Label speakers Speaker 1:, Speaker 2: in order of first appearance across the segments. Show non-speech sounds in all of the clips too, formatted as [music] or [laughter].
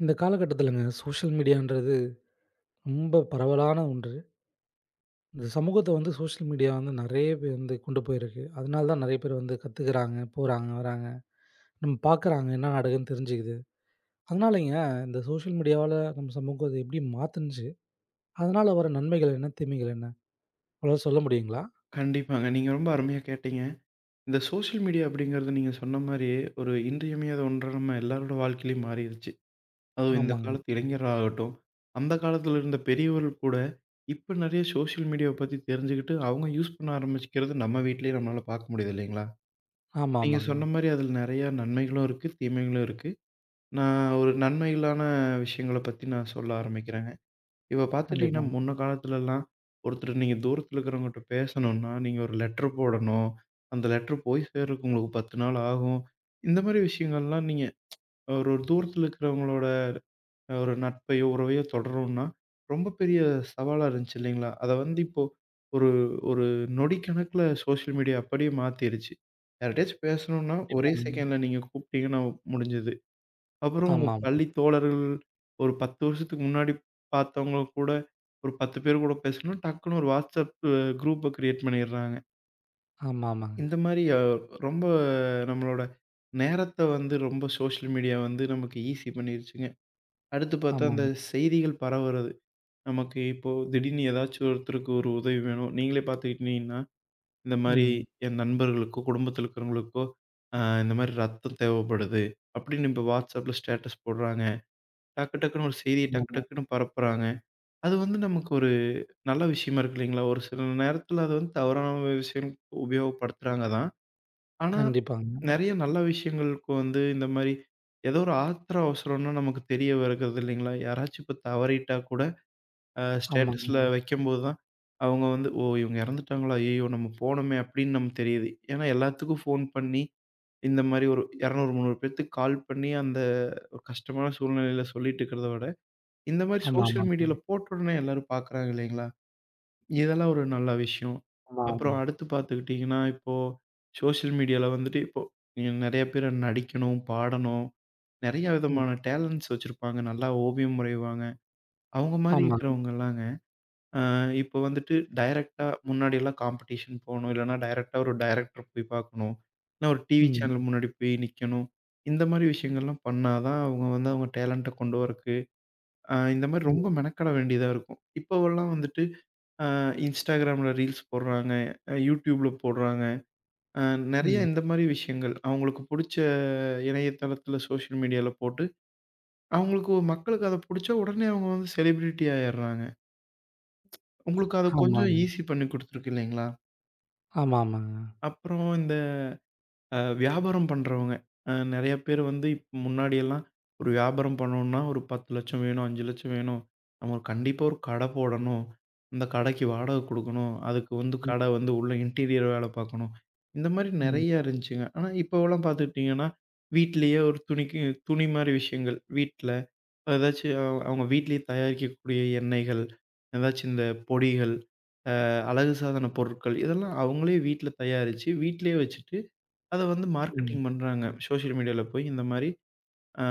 Speaker 1: இந்த காலகட்டத்திலங்க சோஷியல் மீடியான்றது ரொம்ப பரவலான ஒன்று. இந்த சமூகத்த வந்து சோஷியல் மீடியா வந்து நெறைய பேர் வந்து கொண்டு போயிருக்கு. அதனால தான் நெறைய பேர் வந்து கத்துக்கிறாங்க, போறாங்க, வராங்க. நம்ம பார்க்குறாங்க என்ன நடக்குதுன்னு தெரிஞ்சுக்குது. அதனாலங்க இந்த சோஷியல் மீடியாவால நம்ம சமூகத்த எப்படி மாத்துனுச்சு, அதனால வர நன்மைகள் என்ன? தீமைகள் என்ன? அவ்வளவா சொல்ல முடியுங்களா?
Speaker 2: கண்டிப்பாங்க. நீங்க ரொம்ப அருமையா கேட்டீங்க. இந்த சோஷியல் மீடியா அப்படிங்கிறது நீங்க சொன்ன மாரியே, ஒரு இன்றியமையாத ஒன்றா நம்ம எல்லாரோட வாழ்க்கையிலயும் மாறிருச்சு. அதுவும் இந்த
Speaker 1: ஆமாங்க.
Speaker 2: காலத்து இளைஞராகட்டும், அந்த காலத்துல இருந்த பெரியவர்கள் கூட, இப்ப நெறைய சோஷியல் மீடியாவ பத்தி தெரிஞ்சுக்கிட்டு, அவங்க யூஸ் பண்ண ஆரம்பிச்சுக்கிறது நம்ம வீட்லயே நம்மளால பார்க்க முடியுது இல்லைங்களா?
Speaker 1: ஆமா,
Speaker 2: நீங்க
Speaker 1: ஆமாங்க.
Speaker 2: சொன்ன மாரி அதில நெறையா நன்மைகளும் இருக்கு, தீமைகளும் இருக்கு. நான் ஒரு நன்மைகளான விஷயங்கள பத்தி நான் சொல்ல ஆரம்பிக்கிறேன். இப்ப பார்த்துட்டீங்கன்னா,
Speaker 1: கண்டிப்பாங்க,
Speaker 2: முன்ன காலத்துலலாம் ஒருத்தர் நீங்க தூரத்தில இருக்கிறவங்கட்ட பேசணும்னா, நீங்க ஒரு லெட்டர் போடணும். அந்த லெட்டர் போய் சேர்றதுக்கு உங்களுக்கு 10 நாள் ஆகும். இந்த மாரி விஷயங்கள்லாம் நீங்க ஒரு ஒரு தூரத்தில இருக்கிறவங்களோட ஒரு நட்பையோ, உறவையோ தொடரணும்னா, ரொம்ப பெரிய சவாலா இருந்துச்சு இல்லைங்களா? அத வந்து இப்போ ஒரு ஒரு நொடி கணக்குல சோஷியல் மீடியா அப்படியே மாத்திருச்சு. யார்ட்டயாச்சும் பேசணும்னா, ஒரே
Speaker 1: கண்டிப்பாங்க.
Speaker 2: செகண்ட்ல நீங்க கூப்பிட்டீங்கன்னா முடிஞ்சது. அப்புறம் உங்க
Speaker 1: ஆமாமா.
Speaker 2: பள்ளி தோழர்கள், ஒரு 10 வருஷத்துக்கு முன்னாடி பார்த்தவங்க கூட, ஒரு 10 பேர் கூட பேசணும்னா, டக்குனு ஒரு WhatsApp குரூப்ப கிரியேட் பண்ணிடுறாங்க.
Speaker 1: ஆமா, ஆமாங்க.
Speaker 2: இந்த மாரி ரொம்ப நம்மளோட நேரத்த வந்து ரொம்ப சோஷியல் மீடியா வந்து நமக்கு ஈஸி பண்ணிருச்சுங்க. அடுத்து பார்த்தா அந்த
Speaker 1: ஆமாங்க.
Speaker 2: செய்திகள் பரவுறது. நமக்கு இப்போ திடீர்னு ஏதாச்சும் ஒருத்தருக்கு ஒரு உதவி வேணும். நீங்களே பார்த்துக்கிட்டீங்கன்னா, இந்த மாரி
Speaker 1: ம்.
Speaker 2: என் நண்பர்களுக்கோ, குடும்பத்தில இருக்கிறவங்களுக்கோ, அ இந்த மாரி ரத்தம் தேவைப்படுது அப்படின்னு இப்ப WhatsAppல ஸ்டேட்டஸ் போடுறாங்க. டக்கு டக்குன்னு ஒரு செய்திய டக்கு
Speaker 1: ஆமாங்க.
Speaker 2: டக்குன்னு பரப்புறாங்க. அது வந்து நமக்கு ஒரு நல்ல விஷயமா இருக்கு இல்லைங்களா? ஒரு சில நேரத்தில அது வந்து தவறான விஷயம் உபயோகப்படுத்துறாங்க தான். ஆனா,
Speaker 1: கண்டிப்பாங்க.
Speaker 2: நெறைய நல்ல விஷயங்களுக்கு வந்து இந்த மாரி ஏதோ ஒரு ஆத்திர அவசரம்னா நமக்கு தெரிய வருகிறது இல்லைங்களா? யாராச்சும் இப்ப தவறிட்டா கூட ஸ்டேட்டஸ்ல
Speaker 1: ஆமாங்க.
Speaker 2: வைக்கும்போது தான் அவங்க வந்து, "ஓ! இவங்க இறந்துட்டாங்களா? ஐய்யய்யோ! நம்ம போனோமே!" அப்படின்னு நமக்கு தெரியுது. ஏன்னா எல்லாத்துக்கும் ஃபோன் பண்ணி, இந்த மாரி ஒரு 200, 300 பேத்துக்கு கால் பண்ணி அந்த ஒரு கஷ்டமான சூழ்நிலையில சொல்லிட்டு இருக்கிறத விட இந்த மாரி
Speaker 1: ஆமா,
Speaker 2: சோசியல்
Speaker 1: ஆமாங்க.
Speaker 2: மீடியால போட்ட உடனே எல்லாரும் பார்க்குறாங்க இல்லைங்களா? இதெல்லாம் ஒரு நல்ல விஷயம்.
Speaker 1: ஆமா,
Speaker 2: அப்புறம்
Speaker 1: ஆமா.
Speaker 2: அடுத்து பார்த்துக்கிட்டீங்கன்னா, இப்போ சோசியல் மீடியால வந்துட்டு இப்போ நெறைய பேர் நடிக்கணும், பாடணும், நெறைய
Speaker 1: ம்.
Speaker 2: விதமான டேலண்ட்ஸ் வச்சிருப்பாங்க. நல்லா ஓவியம் வரைவாங்க. அவங்க மாரி
Speaker 1: ஆமாங்க.
Speaker 2: இருக்கிறவங்கலாங்க, அ இப்போ வந்துட்டு டைரக்ட்டா முன்னாடிலாம் காம்படிஷன் போணும். இல்லன்னா டைரக்ட்டா ஒரு டைரக்டர் போய் பார்க்கணும். இல்ல ஒரு டிவி
Speaker 1: ம்.
Speaker 2: சேனல் முன்னாடி போய் நிக்கணும். இந்த மாரி விஷயங்கள்லாம் பண்ணா தான் அவங்க வந்து அவங்க டேலண்ட்ட கொண்டு வரக்கு இந்த மாரி ரொம்ப
Speaker 1: ம்.
Speaker 2: மெனக்கட வேண்டியதா இருக்கும். இப்போவெல்லாம் வந்துட்டு அ Instagramல ரீல்ஸ் போடுறாங்க, YouTubeல போடுறாங்க. அ நெறைய
Speaker 1: ம்.
Speaker 2: இந்த மாரி விஷயங்கள் அவங்களுக்கு புடிச்ச இணையதளத்தில சோஷியல் மீடியால போட்டு, அவங்களுக்கு ஒரு- மக்களுக்கு அத புடிச்சா உடனே அவங்க வந்து செலிபிரிட்டி ஆயிடுறாங்க. உங்களுக்கு அத கொஞ்சம்
Speaker 1: ஆமாங்க.
Speaker 2: ஈஸி பண்ணி குடுத்துருக்கு இல்லைங்களா?
Speaker 1: ஆமா, ஆமாங்க.
Speaker 2: அப்புறம் இந்த வியாபாரம் பண்றவங்க. நெறைய பேர் வந்து முன்னாடியெல்லாம் ஒரு வியாபாரம் பண்ணணும்னா, ஒரு 10,00,000 வேணும், 5,00,000 வேணும். நம்ம கண்டிப்பா ஒரு கடை போடணும். அந்த கடைக்கு வாடகை குடுக்கணும். அதுக்கு வந்து
Speaker 1: ம்,
Speaker 2: கடை வந்து உள்ள இன்டீரியர் வேலை பார்க்கணும். இந்த மாரி
Speaker 1: ம்,
Speaker 2: நெறைய இருந்துச்சுங்க. ஆனா, இப்போவெல்லாம் பார்த்துக்கிட்டீங்கன்னா, வீட்லயே ஒரு துணிக்கு துணி மாரி விஷயங்கள். வீட்ல ஏதாச்சும் அவங்க வீட்லயே தயாரிக்கக்கூடிய எண்ணெய்கள், ஏதாச்சும் இந்த பொடிகள், அழகு சாதன பொருட்கள் இதெல்லாம் அவங்களே வீட்ல தயாரிச்சு, வீட்லயே வச்சுட்டு அத வந்து
Speaker 1: ம்.
Speaker 2: மார்க்கெட்டிங் பண்றாங்க. சோசியல் மீடியால போய் இந்த மாரி ஆ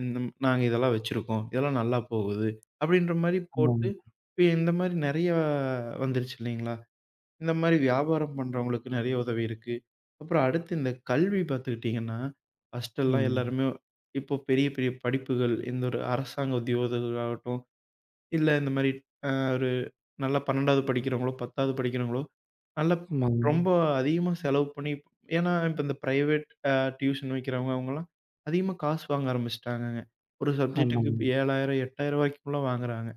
Speaker 2: இந்த நாங்க இதெல்லாம் வச்சிருக்கோம். இதெல்லாம் நல்லா போகுது. அப்படின்ற மாரி போட்டு,
Speaker 1: ஆமாங்க.
Speaker 2: இப்ப இந்த மாரி நெறையா வந்துருச்சு இல்லைங்களா? இந்த மாரி வியாபாரம் பண்றவங்களுக்கு நெறைய உதவி இருக்கு. அப்புறம் அடுத்து இந்த கல்வி பார்த்துக்கிட்டீங்கன்னா, ஃபர்ஸ்ட்டெல்லாம்
Speaker 1: ம்.
Speaker 2: எல்லாருமே இப்போ பெரிய பெரிய படிப்புகள், இந்த ஒரு அரசாங்க உத்தியோகங்கள் ஆகட்டும், இல்ல இந்த மாரி அ ஒரு நல்லா 12வது படிக்கிறவங்களோ, 10வது படிக்கிறவங்களோ நல்ல
Speaker 1: ஆமாங்க,
Speaker 2: ரொம்ப அதிகமா செலவு பண்ணி ஏன்னா, இப்ப இந்த பிரைவேட் டியூஷன் வைக்கிறவங்க அவங்கலாம் அதிகமா காசு வாங்க ஆரம்பிச்சுட்டாங்கங்க. ஒரு சப்ஜெக்ட்டுக்கு
Speaker 1: ஆமாங்க,
Speaker 2: இப்ப 7,000 8,000 வரைக்கும்லாம் வாங்குறாங்க.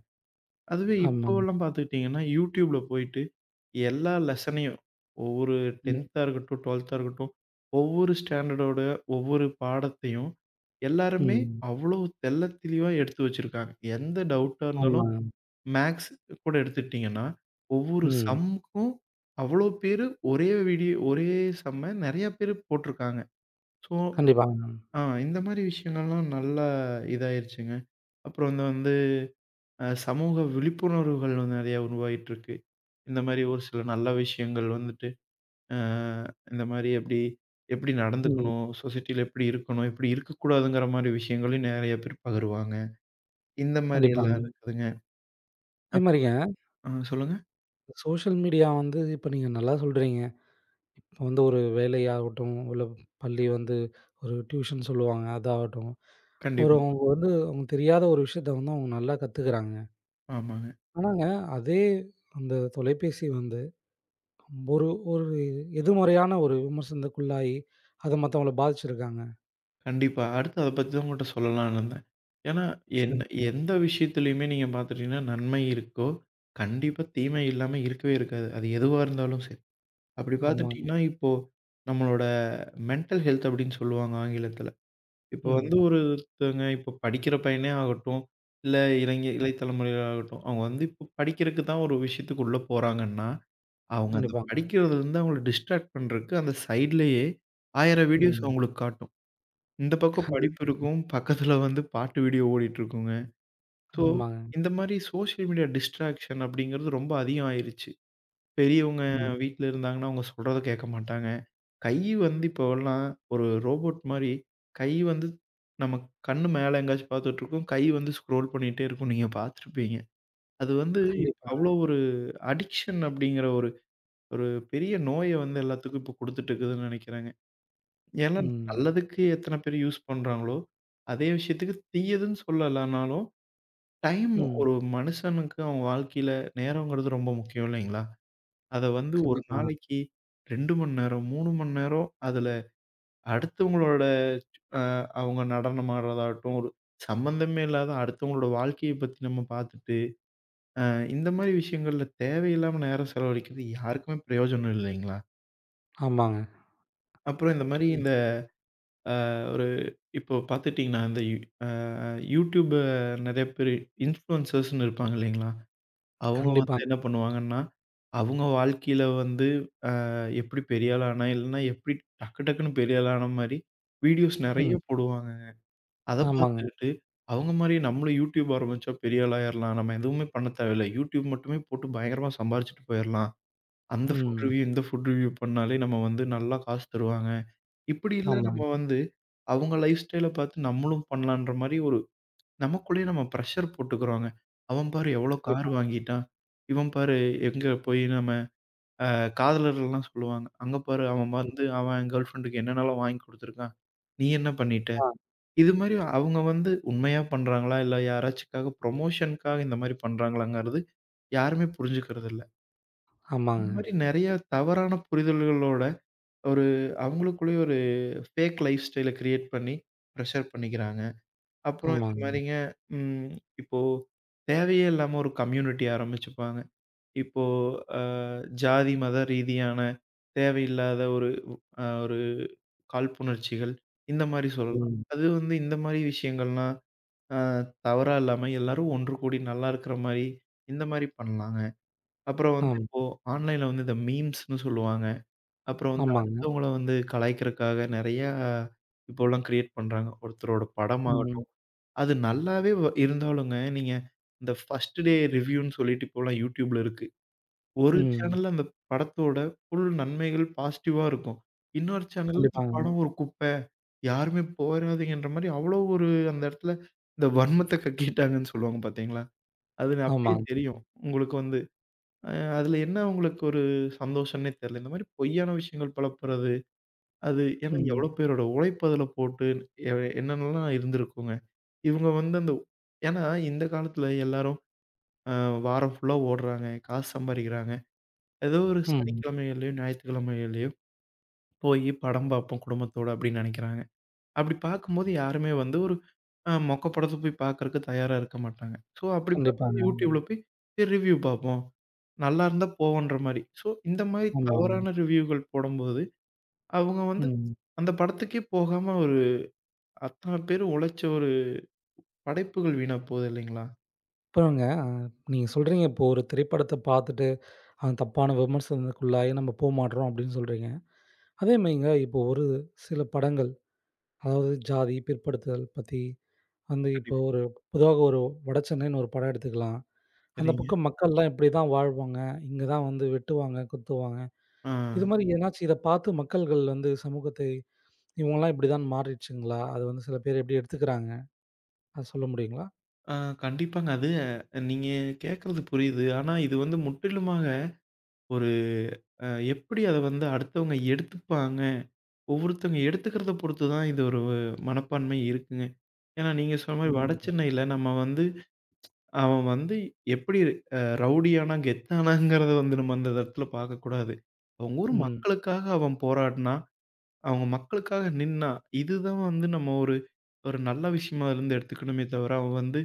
Speaker 2: அதுவே
Speaker 1: ஆமாங்க.
Speaker 2: இப்போலாம் பார்த்துக்கிட்டீங்கன்னா, YouTubeல போயிட்டு எல்லா லெசனையும் ஒவ்வொரு
Speaker 1: ம்,
Speaker 2: 10த்தா இருக்கட்டும், 12த்தா இருக்கட்டும், ஒவ்வொரு ஸ்டாண்டர்டோட ஒவ்வொரு பாடத்தையும் எல்லாருமே
Speaker 1: ம்.
Speaker 2: அவ்வளோ தெள்ளத் தெளிவா எடுத்து வச்சிருக்காங்க. எந்த டவுட்டா இருந்தாலும்
Speaker 1: ஆமாங்க.
Speaker 2: மேக்ஸ் கூட எடுத்துக்கிட்டீங்கன்னா, ஒவ்வொரு
Speaker 1: ம்.
Speaker 2: சம்முக்கும் அவ்வளோ பேரு ஒரே வீடியோ ஒரே சம்ம நெறைய பேரு போட்டிருக்காங்க. ஸோ,
Speaker 1: கண்டிப்பாங்க.
Speaker 2: இந்த மாரி விஷயங்கள்லாம் நல்லா இதாயிருச்சுங்க. அப்புறம் இந்த வந்து சமூக விழிப்புணர்வுகள் வந்து நெறையா உருவாயிட்டுருக்கு. இந்த மாரி ஒரு சில நல்ல விஷயங்கள் வந்துட்டு, அ இந்த மாரி எப்படி எப்படி
Speaker 1: ம்.
Speaker 2: நடந்துக்கணும்? சொசைட்டில எப்படி இருக்கணும்? எப்படி இருக்கக்கூடாதுங்கிற மாரி விஷயங்களையும் நெறைய பேர் பகிருவாங்க. இந்த மாரி
Speaker 1: கண்டிப்பாங்க.
Speaker 2: எல்லாம் இருக்குதுங்க.
Speaker 1: அதே
Speaker 2: அப்
Speaker 1: மாரிங்க
Speaker 2: ஆ சொல்லுங்க.
Speaker 1: சோஷியல் மீடியா வந்து இப்ப நீங்க நல்லா சொல்றீங்க. இப்ப வந்து ஒரு வேலையாகட்டும், இல்ல பள்ளி வந்து ஒரு டியூஷன் சொல்லுவாங்க, அதாகட்டும். ஒரு
Speaker 2: கண்டிப்பா.
Speaker 1: அவங்க வந்து அவங்க தெரியாத ஒரு விஷயத்த வந்து அவங்க நல்லா கத்துக்குறாங்க.
Speaker 2: ஆமா.
Speaker 1: ஆனாங்க அதே அந்த தொலைபேசி வந்து ஒரு ஒரு எதிர்மறையான ஒரு விமர்சனத்துக்குள்ளாயி, அது மத்தவங்கள பாதிச்சிருக்காங்க.
Speaker 2: கண்டிப்பா. அடுத்து அத பத்தி தான் உங்கட்ட சொல்லலான்னு இருந்தேன். ஏன்னா,
Speaker 1: [unintelligible]
Speaker 2: என்ன
Speaker 1: சரி.
Speaker 2: எந்த விஷயத்திலயுமே நீங்க பார்த்துட்டீங்கன்னா, நன்மை இருக்கோ, கண்டிப்பா தீமை இல்லாம இருக்கவே இருக்காது. அது எதுவா இருந்தாலும் சரி. அப்படி
Speaker 1: ஆமாங்க.
Speaker 2: பார்த்துட்டீங்கன்னா, இப்போ நம்மளோட மென்டல் ஹெல்த் அப்படின்னு சொல்லுவாங்க ஆங்கிலத்தில. இப்போ
Speaker 1: ம்.
Speaker 2: வந்து ஒருத்தங்க இப்போ படிக்கிற பையனே ஆகட்டும், இல்ல இளை தலைமுறையினர் ஆகட்டும், அவங்க வந்து இப்போ படிக்கிறக்கு தான் ஒரு விஷயத்துக்கு உள்ள போறாங்கன்னா, அவங்க அந்த
Speaker 1: கண்டிப்பா.
Speaker 2: படிக்கிறதுலருந்து அவங்கள டிஸ்ட்ராக்ட் பண்றக்கு அந்த சைட்லயே 1,000 வீடியோஸ்
Speaker 1: ம்.
Speaker 2: அவங்களுக்கு காட்டும். இந்த பக்கம்
Speaker 1: கண்டிப்
Speaker 2: படிப்பு இருக்கும். பக்கத்துல வந்து பாட்டு வீடியோ ஓடிட்டுருக்குங்க. ஸோ,
Speaker 1: ஆமாங்க.
Speaker 2: இந்த மாரி சோசியல் மீடியா டிஸ்ட்ராக்ஷன் அப்படிங்கிறது ரொம்ப அதிகம் ஆயிருச்சு. பெரியவங்க
Speaker 1: ம்.
Speaker 2: வீட்ல இருந்தாங்கன்னா, அவங்க சொல்றத கேட்க மாட்டாங்க. கை வந்து இப்போலாம் ஒரு ரோபோட் மாரி கை வந்து நம்ம கண்ணு மேல எங்கேயாச்சும் பார்த்துட்டுருக்கும். கை வந்து ஸ்க்ரோல் பண்ணிட்டே இருக்கும். நீங்க பார்த்துருப்பீங்க. அது வந்து
Speaker 1: கண்டிப்பா.
Speaker 2: அவ்வளோ ஒரு அடிக்ஷன் அப்படிங்கிற ஒரு ஒரு பெரிய நோய வந்து எல்லாத்துக்கும் இப்போ குடுத்துட்டு இருக்குதுன்னு நெனைக்கிறேங்க. ஏன்னா
Speaker 1: ம்.
Speaker 2: நல்லதுக்கு எத்தன பேர் யூஸ் பண்றாங்களோ, அதே விஷயத்துக்கு தீயதுன்னு சொல்லலனாலும், டைம்
Speaker 1: ம்.
Speaker 2: ஒரு மனுஷனுக்கு அவன் வாழ்க்கையில நேரங்கிறது ரொம்ப முக்கியம் இல்லைங்களா? அத வந்து ஒரு
Speaker 1: கண்டிப்பா.
Speaker 2: நாளைக்கு 2 மணி நேரம், 3 மணி நேரம் அதுல அடுத்தவங்களோட அ அவங்க நடனம் ஆடுறதாகட்டும், ஒரு சம்மந்தமே இல்லாத அடுத்தவங்களோட வாழ்க்கைய பத்தி நம்ம பார்த்துட்டு, அ இந்த மாரி விஷயங்கள்ல தேவையில்லாம நேரம் செலவழிக்கிறது யாருக்குமே பிரயோஜனம் இல்லைங்களா?
Speaker 1: ஆமாங்க.
Speaker 2: அப்புறம் இந்த மாரி
Speaker 1: ம்.
Speaker 2: இந்த அ ஒரு இப்போ பார்த்துட்டீங்கன்னா, இந்த யூ அ YouTube நெறைய பேரு இன்ஃப்ளூயன்சர்ஸ்ன்னு இருப்பாங்க இல்லைங்களா? அவங்க வந்து
Speaker 1: கண்டிப்பாங்க.
Speaker 2: என்ன பண்ணுவாங்கன்னா, அவங்க வாழ்க்கையில வந்து எப்படி பெரிய ஆள் ஆனா, இல்லைன்னா எப்படி டக்கு டக்குன்னு பெரிய ஆள் ஆன மாரி வீடியோஸ் நெறைய
Speaker 1: ம்.
Speaker 2: போடுவாங்க. அத
Speaker 1: ஆமாங்க.
Speaker 2: பார்த்துக்கிட்டு அவங்க மாரியே நம்மளும் YouTube ஆரம்பிச்சா பெரிய ஆள் ஆயிரலாம். நம்ம எதுவுமே பண்ண தேவையில்ல. YouTube மட்டுமே போட்டு பயங்கரமா சம்பாரிச்சுட்டு போயிரலாம். அந்த ஃபுட்
Speaker 1: ம்.
Speaker 2: ரிவ்யூ, இந்த ஃபுட் ரிவ்யூ பண்ணாலே நம்ம வந்து நல்லா காசு தருவாங்க. இப்படி இல்ல நம்ம
Speaker 1: ஆமாங்க.
Speaker 2: வந்து, அவங்க லைஃப் ஸ்டைல பார்த்து நம்மளும் பண்ணலான்ற மாரி ஒரு நமக்குள்ளேயே நம்ம பிரஷர் போட்டுக்கிறோங்க. அவன் பாரு எவ்வளோ கார்
Speaker 1: கண்டிப்பா.
Speaker 2: வாங்கிட்டான். இவன் பாரு எங்க போய் நம்ம காதலர்கள்லாம் சொல்லுவாங்க. அங்க பாரு அவன்
Speaker 1: ம்.
Speaker 2: வந்து அவன் கேர்ல் ஃப்ரெண்டுக்கு என்னென்னலாம் வாங்கி குடுத்துருக்கான். நீ என்ன பண்ணிட்ட?
Speaker 1: ஆ.
Speaker 2: இது மாரி அவங்க வந்து உண்மையா பண்றாங்களா? இல்ல யாராச்சுக்காக ப்ரமோஷனுக்காக இந்த மாரி பண்றாங்களாங்கிறது யாருமே புரிஞ்சுக்கிறது இல்ல. இந்த
Speaker 1: ஆமாங்க.
Speaker 2: மாரி நெறைய தவறான புரிதல்களோட ஒரு அவங்களுக்குள்ளேயே ஒரு ஃபேக் லைஃப் ஸ்டைல கிரியேட் பண்ணி ப்ரெஷர் பண்ணிக்கிறாங்க. அப்புறம் இந்த
Speaker 1: ஆமாங்க.
Speaker 2: மாரிங்க ம் இப்போ தேவையே இல்லாம ஒரு கம்யூனிட்டி ஆரம்பிச்சுப்பாங்க. இப்போ அ ஜாதி, மத ரீதியான தேவையில்லாத ஒரு ஒரு காழ்ப்புணர்ச்சிகள் இந்த மாரி சொல்லலாம்.
Speaker 1: ம்.
Speaker 2: அது வந்து இந்த மாரி விஷயங்கள்லாம் அ தவறா இல்லாம எல்லாரும் ஒன்று கூடி நல்லா இருக்கிற மாரி இந்த மாரி பண்ணலாங்க. அப்புறம் வந்து
Speaker 1: ஆம்.
Speaker 2: இப்போ ஆன்லைன்ல வந்து இந்த மீம்ஸ்ன்னு சொல்லுவாங்க. அப்புறம் வந்து
Speaker 1: ஆமாங்க.
Speaker 2: அடுத்தவங்கள வந்து கலாய்க்கிறக்காக நெறையா இப்போலாம் கிரியேட் பண்றாங்க. ஒருத்தரோட
Speaker 1: ம்.
Speaker 2: படமாகட்டும், அது நல்லாவே இருந்தாலுங்க, நீங்க இந்த ஃபர்ஸ்ட் டே ரிவ்யூன்னு சொல்லிட்டு இப்போலாம் YouTubeல இருக்கு. ஒரு
Speaker 1: ம்.
Speaker 2: சேனல்ல அந்த படத்தோட ஃபுல் நன்மைகள் பாசிட்டிவா இருக்கும். இன்னொரு சேனல்ல இந்த
Speaker 1: கண்டிப்பாங்க.
Speaker 2: படம் ஒரு குப்பை, யாருமே போயிறாதீங்கன்ற மாரி அவ்வளோ ஒரு அந்த இடத்துல இந்த வன்மத்த கக்கிட்டாங்கன்னு சொல்லுவாங்க பார்த்தீங்களா? அது அப்படியே
Speaker 1: ஆமாங்க.
Speaker 2: தெரியும். உங்களுக்கு வந்து அ அதுல என்ன உங்களுக்கு ஒரு சந்தோஷம்ன்னே தெரியல. இந்த மாரி பொய்யான விஷயங்கள் பலப்பறது அது ஏன்னா
Speaker 1: ம்.
Speaker 2: எவ்வளோ பேரோட உழைப்பு அதில போட்டு எ என்னென்னலாம் இருந்திருக்குங்க. இவங்க வந்து அந்த ஏன்னா இந்த காலத்தில எல்லாரும் அ வாரம் ஃபுல்லா ஓடுறாங்க, காசு சம்பாரிக்கிறாங்க. ஏதோ ஒரு
Speaker 1: ம்.
Speaker 2: சனிக்கிழமைகள்லயோ, ஞாயிற்றுக்கிழமைகள்லயோ போயி படம் பார்ப்போம் குடும்பத்தோட அப்படின்னு நெனைக்கிறாங்க. அப்படி பார்க்கும்போது யாருமே வந்து ஒரு மொக்க படத்த போய் பார்க்கறக்கு தயாரா இருக்க மாட்டாங்க. ஸோ அப்படி பார்க்கும்போது
Speaker 1: கண்டிப்பாங்க.
Speaker 2: YouTubeல போய் சரி ரிவ்யூ பார்ப்போம். நல்லா இருந்தா போவோன்ற மாரி. ஸோ இந்த மாரி
Speaker 1: ஆமாங்க.
Speaker 2: தவறான ரிவ்யூகள் போடும்போது அவங்க வந்து
Speaker 1: ம்.
Speaker 2: அந்த படத்துக்கே போகாம ஒரு அத்தன பேரு உழைச்ச ஒரு படைப்புகள் வீணா போகுது இல்லைங்களா?
Speaker 1: அப்புறங்க நீங்க சொல்றீங்க இப்போ ஒரு திரைப்படத்த பார்த்துட்டு, அந்த தப்பான விமர்சனத்துக்குள்ளாகி நம்ம போமாட்றோம் அப்படின்னு சொல்றீங்க. அதேமாரிங்க இப்போ ஒரு சில படங்கள், அதாவது ஜாதி, பிற்படுத்துதல் பத்தி வந்து இப்போ
Speaker 2: கண்டிப்பா.
Speaker 1: ஒரு பொதுவாக ஒரு வடசென்னைன்னு ஒரு படம் எடுத்துக்கலாம். அந்த
Speaker 2: சரிங்க.
Speaker 1: பக்கம் மக்கள்லாம் இப்படி தான் வாழ்வாங்க, இங்க தான் வந்து வெட்டுவாங்க, குத்துவாங்க.
Speaker 2: ஆ.
Speaker 1: இது மாரி எதனாச்சும் இத பார்த்து மக்கள்கள் வந்து சமூகத்தை இவங்கலாம் இப்படிதான் மாறிடுச்சுங்களா? அது வந்து சில பேர் எப்படி எடுத்துக்கிறாங்க? அத சொல்ல முடியுங்களா?
Speaker 2: ஆ கண்டிப்பாங்க. அது நீங்க கேட்கறது புரியுது. ஆனா இது வந்து முற்றிலுமாக ஒரு அ எப்படி அத வந்து அடுத்தவங்க எடுத்துப்பாங்க, ஒவ்வொருத்தவங்க எடுத்துக்கிறத பொறுத்து தான் இது ஒரு மனப்பான்மை இருக்குங்க. ஏன்னா நீங்க சொன்ன மாரி வட
Speaker 1: ம்.
Speaker 2: சென்னையில நம்ம வந்து அவன் வந்து எப்படி ரவுடியானா, கெத்தானாங்கிறத வந்து நம்ம அந்த இடத்துல பார்க்கக்கூடாது. அவங்க ஊர்
Speaker 1: ம்.
Speaker 2: மக்களுக்காக அவன் போராடினா அவங்க மக்களுக்காக நின்னா, இதுதான் வந்து நம்ம ஒரு ஒரு நல்ல விஷயமா இருந்து எடுத்துக்கணுமே தவிர, அவன் வந்து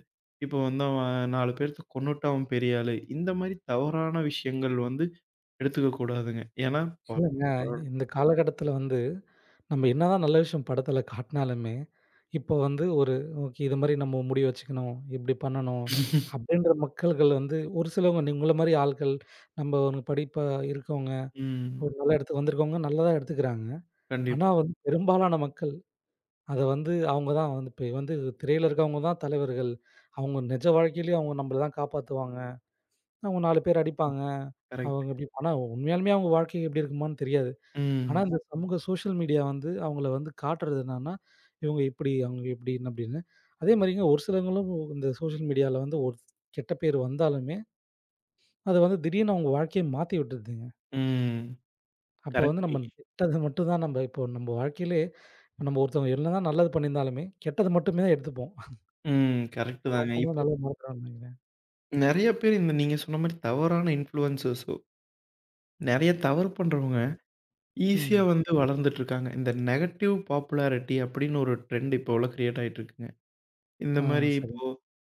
Speaker 2: இப்போ வந்து அவன் 4 பேர்த்த கொன்னுட்டா அவன் பெரிய ஆளு. இந்த மாரி தவறான விஷயங்கள் வந்து எடுத்துக்க கூடாதுங்க. ஏன்னா ப
Speaker 1: இல்லங்க.
Speaker 2: ப
Speaker 1: இந்த காலகட்டத்தில வந்து, நம்ம என்னதான் நல்ல விஷயம் படத்தில காட்டினாலுமே, இப்போ வந்து ஒரு ஓகே இது மாரி நம்ம முடிவு வச்சுக்கணும். இப்படி பண்ணணும். அப்படின்ற மக்கள்கள் வந்து ஒரு சிலவங்க நீ உங்கள மாரி ஆள்கள், நம்ம ஒரு படிப்பா இருக்கவங்க,
Speaker 2: ம்.
Speaker 1: ஒரு நல்ல இடத்துக்கு வந்திருக்கவங்க நல்லதா எடுத்துக்கிறாங்க. ஆனா
Speaker 2: கண்டிப்பா.
Speaker 1: வந்து பெரும்பாலான மக்கள், அத வந்து அவங்க தான் வந்து இப்ப வந்து திரையில இருக்கவங்க தான் தலைவர்கள். அவங்க நிஜ வாழ்க்கையிலயும் அவங்க நம்மள தான் காப்பாத்துவாங்க. அவங்க 4 பேர் அடிப்பாங்க.
Speaker 2: கரெக்ட்.
Speaker 1: அவங்க இப்படி ஆனா உண்மையாலுமே அவங்க வாழ்க்கை எப்படி இருக்குமான்னு தெரியாது. ஆனா,
Speaker 2: ம்.
Speaker 1: இந்த சமூக சோஷியல் மீடியா வந்து அவங்கள வந்து காட்டுறது என்னன்னா, இவங்க இப்படி, அவங்க இப்படின்னு அப்படின்னு. அதே மாரிங்க ஒரு சிலவங்களும் இந்த சோஷியல் மீடியால வந்து ஒரு கெட்ட பேர் வந்தாலுமே, அது வந்து திடீர்னு அவங்க வாழ்க்கைய மாத்தி விட்டுருதுங்க.
Speaker 2: ம்.
Speaker 1: அப்போ வந்து நம்ம
Speaker 2: கரெக்ட்.
Speaker 1: கெட்டது மட்டும் தான் நம்ம இப்போ நம்ம வாழ்க்கையிலே நம்ம ஒருத்தவங்க என்னதான் நல்லது பண்ணியிருந்தாலுமே, கெட்டது மட்டுமே தான் எடுத்துப்போம்.
Speaker 2: ம். கரெக்ட்
Speaker 1: அவன்
Speaker 2: தாங்க.
Speaker 1: பண்ணது
Speaker 2: இப்போ
Speaker 1: நல்லது மறந்துருவான்னு நெனைக்கிறேன்.
Speaker 2: நெறைய பேர் இந்த நீங்க சொன்ன மாரி தவறான இன்ஃப்ளூயன்சஸோ, நெறைய தவறு பண்றவங்க ஈஸியா
Speaker 1: ம்.
Speaker 2: வந்து வளர்ந்துட்டு இருக்காங்க. இந்த நெகட்டிவ் பாப்புலாரிட்டி அப்படின்னு ஒரு ட்ரெண்ட் இப்போ உள்ள கிரியேட் ஆயிட்டு இருக்குங்க. இந்த
Speaker 1: ஆ
Speaker 2: மாரி
Speaker 1: சரி.
Speaker 2: இப்போ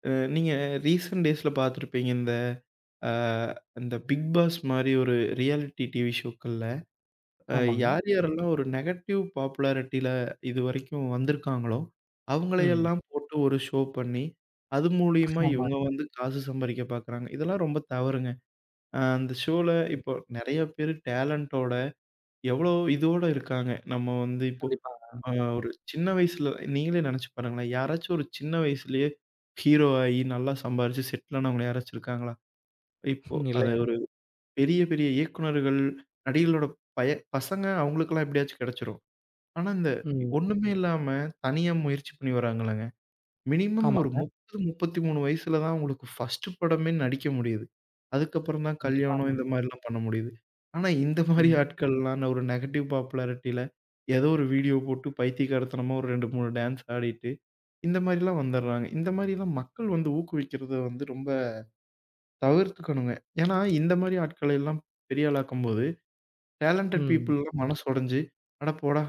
Speaker 2: நீங்க ரீசென்ட் டேஸ்ல பார்த்துருப்பீங்க. இந்த அ இந்த பிக் பாஸ் மாரி ஒரு ரியாலிட்டி டிவி ஷோக்கள்ல அ
Speaker 1: ஆமாங்க.
Speaker 2: யார் யாரெல்லாம் ஒரு நெகட்டிவ் பாப்புலாரிட்டில இதுவரைக்கும் வந்திருக்காங்களோ,
Speaker 1: ம்.
Speaker 2: அவங்களையெல்லாம் போட்டு ஒரு ஷோ பண்ணி, அது மூலியமா
Speaker 1: ஆமா.
Speaker 2: இவங்க வந்து காசு சம்பாரிக்க பார்க்குறாங்க. இதெல்லாம் ரொம்ப தவறுங்க. அந்த ஷோல இப்போ நெறைய பேரு டேலண்டோட எவ்வளோ இதோட இருக்காங்க. நம்ம வந்து இப்போ
Speaker 1: கண்டிப்பா.
Speaker 2: அ ஒரு சின்ன வயசுல நீங்களே நெனச்சு பாருங்களேன். யாராச்சும் ஒரு சின்ன வயசுலயே ஹீரோ ஆயி, நல்லா சம்பாரிச்சு செட்டில் ஆனவங்க யாராச்சும் இருக்காங்களா? இப்போ
Speaker 1: ம்.
Speaker 2: அது ஒரு
Speaker 1: இல்லைங்க.
Speaker 2: பெரிய பெரிய இயக்குனர்கள், நடிகர்களோட பய பசங்க அவங்களுக்கெல்லாம் எப்படியாச்சும் கெடைச்சிரும். ஆனா, இந்த
Speaker 1: ம்.
Speaker 2: ஒண்ணுமே இல்லாம தனியா முயற்சி பண்ணி வராங்கல்லங்க. மினிமம் ஒரு
Speaker 1: ஆமாங்க.
Speaker 2: 30, 33 வயசுல தான் உங்களுக்கு ஃபர்ஸ்ட் படமே நடிக்க முடியுது. அதுக்கப்புறம் தான்
Speaker 1: கண்டிப்பா.
Speaker 2: கல்யாணம்
Speaker 1: ஆமாங்க.
Speaker 2: இந்த மாரிலாம் பண்ண முடியுது. ஆனா இந்த மாரி
Speaker 1: ம்.
Speaker 2: ஆட்கள்லாம் நான் ஒரு நெகட்டிவ் பாப்புலாரிட்டில ஏதோ ஒரு வீடியோ போட்டு பைத்தியக்காரத்தனமா ஒரு 2, 3 டான்ஸ் ஆடிட்டு, இந்த மாரிலாம் வந்துடுறாங்க. இந்த மாரிலாம் மக்கள் வந்து ஊக்குவிக்கிறத வந்து ரொம்ப தவிர்த்துக்கணுங்க. ஏன்னா இந்த மாரி ஆட்கள எல்லாம் பெரிய ஆளாக்கும்போது டேலண்டட்
Speaker 1: ம்.
Speaker 2: பீப்பிள்லாம் மனசு உடைஞ்சு, "அட போடா!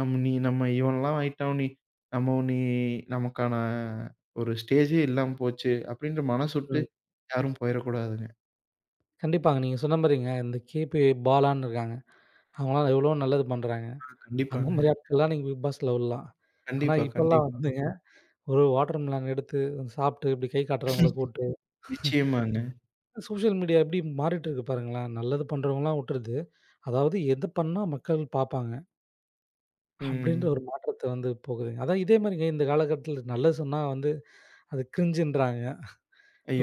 Speaker 2: நம்ம இவன்லாம் ஆயிட்டான் நீ நமக்கான ஒரு ஸ்டேஜே இல்லாம போச்சு." அப்படின்ற மனசு விட்டு
Speaker 1: ம்.
Speaker 2: யாரும் போயிறக்கூடாதுங்க.
Speaker 1: கண்டிப்பாங்க. நீங்க சொன்ன மாரிங்க, இந்த கேபி பாலான்னு இருக்காங்க. அவங்கலாம் எவ்வளோ நல்லது பண்றாங்க. அந்த
Speaker 2: கண்டிப்பாங்க.
Speaker 1: மாரி ஆட்கள்லாம் நீங்க பிக் பாஸ்ல விடலாம். ஆனா,
Speaker 2: கண்டிப்பா,
Speaker 1: இப்பலாம்
Speaker 2: கண்டிப்பா.
Speaker 1: வந்துங்க ஒரு வாட்டர் மெலன் எடுத்து சாப்பிட்டு இப்படி கை காட்டுறவங்கள கூப்ட்டு,
Speaker 2: நிச்சயமாங்க.
Speaker 1: சோசியல் மீடியா எப்படி மாறிட்டு இருக்கு பாருங்களேன். நல்லது பண்றவங்கலாம் விட்டுருது. அதாவது எது பண்ணா மக்கள் பார்ப்பாங்க, அப்படின்ற
Speaker 2: ம்.
Speaker 1: ஒரு மாற்றத்த வந்து போகுதுங்க. அதான் இதே மாரிங்க இந்த காலகட்டத்தில நல்லது சொன்னா வந்து அது கிரிஞ்சுன்றாங்க.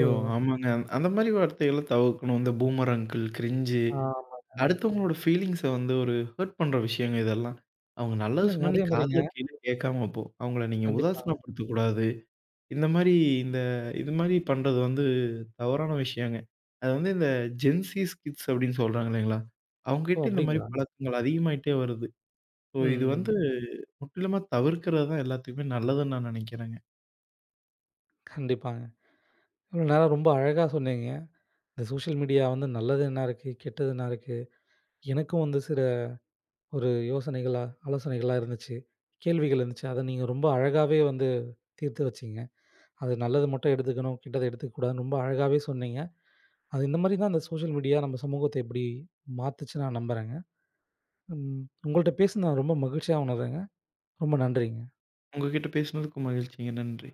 Speaker 1: ஓ!
Speaker 2: ஆமாங்க. அந்த மாரி வார்த்தைகள்லாம் தவிர்க்கணும். இந்த பூமர் அங்கிள், கிரின்ஜு
Speaker 1: ஆமாங்க.
Speaker 2: அடுத்தவங்களோட ஃபீலிங்ஸ வந்து ஒரு ஹர்ட் பண்ற விஷயங்க இதெல்லாம். அவங்க நல்லது
Speaker 1: இல்லங்க
Speaker 2: சொன்னா நீ
Speaker 1: அதே மாரிங்க.
Speaker 2: காதுல கீழ கேட்காம போ. அவங்கள நீங்க
Speaker 1: கண்டிப்பாங்க.
Speaker 2: உதாசீனப்படுத்தக்கூடாது. இந்த மாரி இந்த இது மாரி பண்றது வந்து தவறான விஷயங்க. அது வந்து இந்த ஜென்ஸீஸ் கிட்ஸ் அப்டின்னு சொல்றாங்க இல்லைங்களா?
Speaker 1: ஓ!
Speaker 2: அவங்ககிட்ட இந்த மாரி
Speaker 1: அப்படிங்களா?
Speaker 2: பழக்கங்கள் அதிகமாயிட்டே வருது. ஸோ இது வந்து
Speaker 1: ம்.
Speaker 2: முற்றிலுமா தவிர்க்கிறது தான் எல்லாத்துக்குமே நல்லதுன்னு நான் நெனைக்கிறேங்க.
Speaker 1: கண்டிப்பாங்க. இவ்வளோ நேரம் ரொம்ப அழகா சொன்னீங்க. இந்த சோஷியல் மீடியா வந்து நல்லது என்ன இருக்கு? கெட்டது என்ன இருக்கு? எனக்கும் வந்து சில ஒரு யோசனைகளா, ஆலோசனைகளா இருந்துச்சு. கேள்விகள் இருந்துச்சு. அத நீங்க ரொம்ப அழகாவே வந்து தீர்த்து வச்சீங்க. அது நல்லது மட்டும் எடுத்துக்கணும், கெட்டத எடுத்துக்கக்கூடாதுன்னு ரொம்ப அழகாவே சொன்னீங்க. அது இந்த மாரி தான் இந்த சோஷியல் மீடியா நம்ம சமூகத்த எப்படி மாத்துச்சு நான் நம்புறேங்க. ம். உங்கள்ட்ட பேசினது நான் ரொம்ப மகிழ்ச்சியா உணர்றேங்க. ரொம்ப நன்றிங்க.
Speaker 2: உங்ககிட்ட பேசினதுக்கு மகிழ்ச்சிங்க. நன்றி.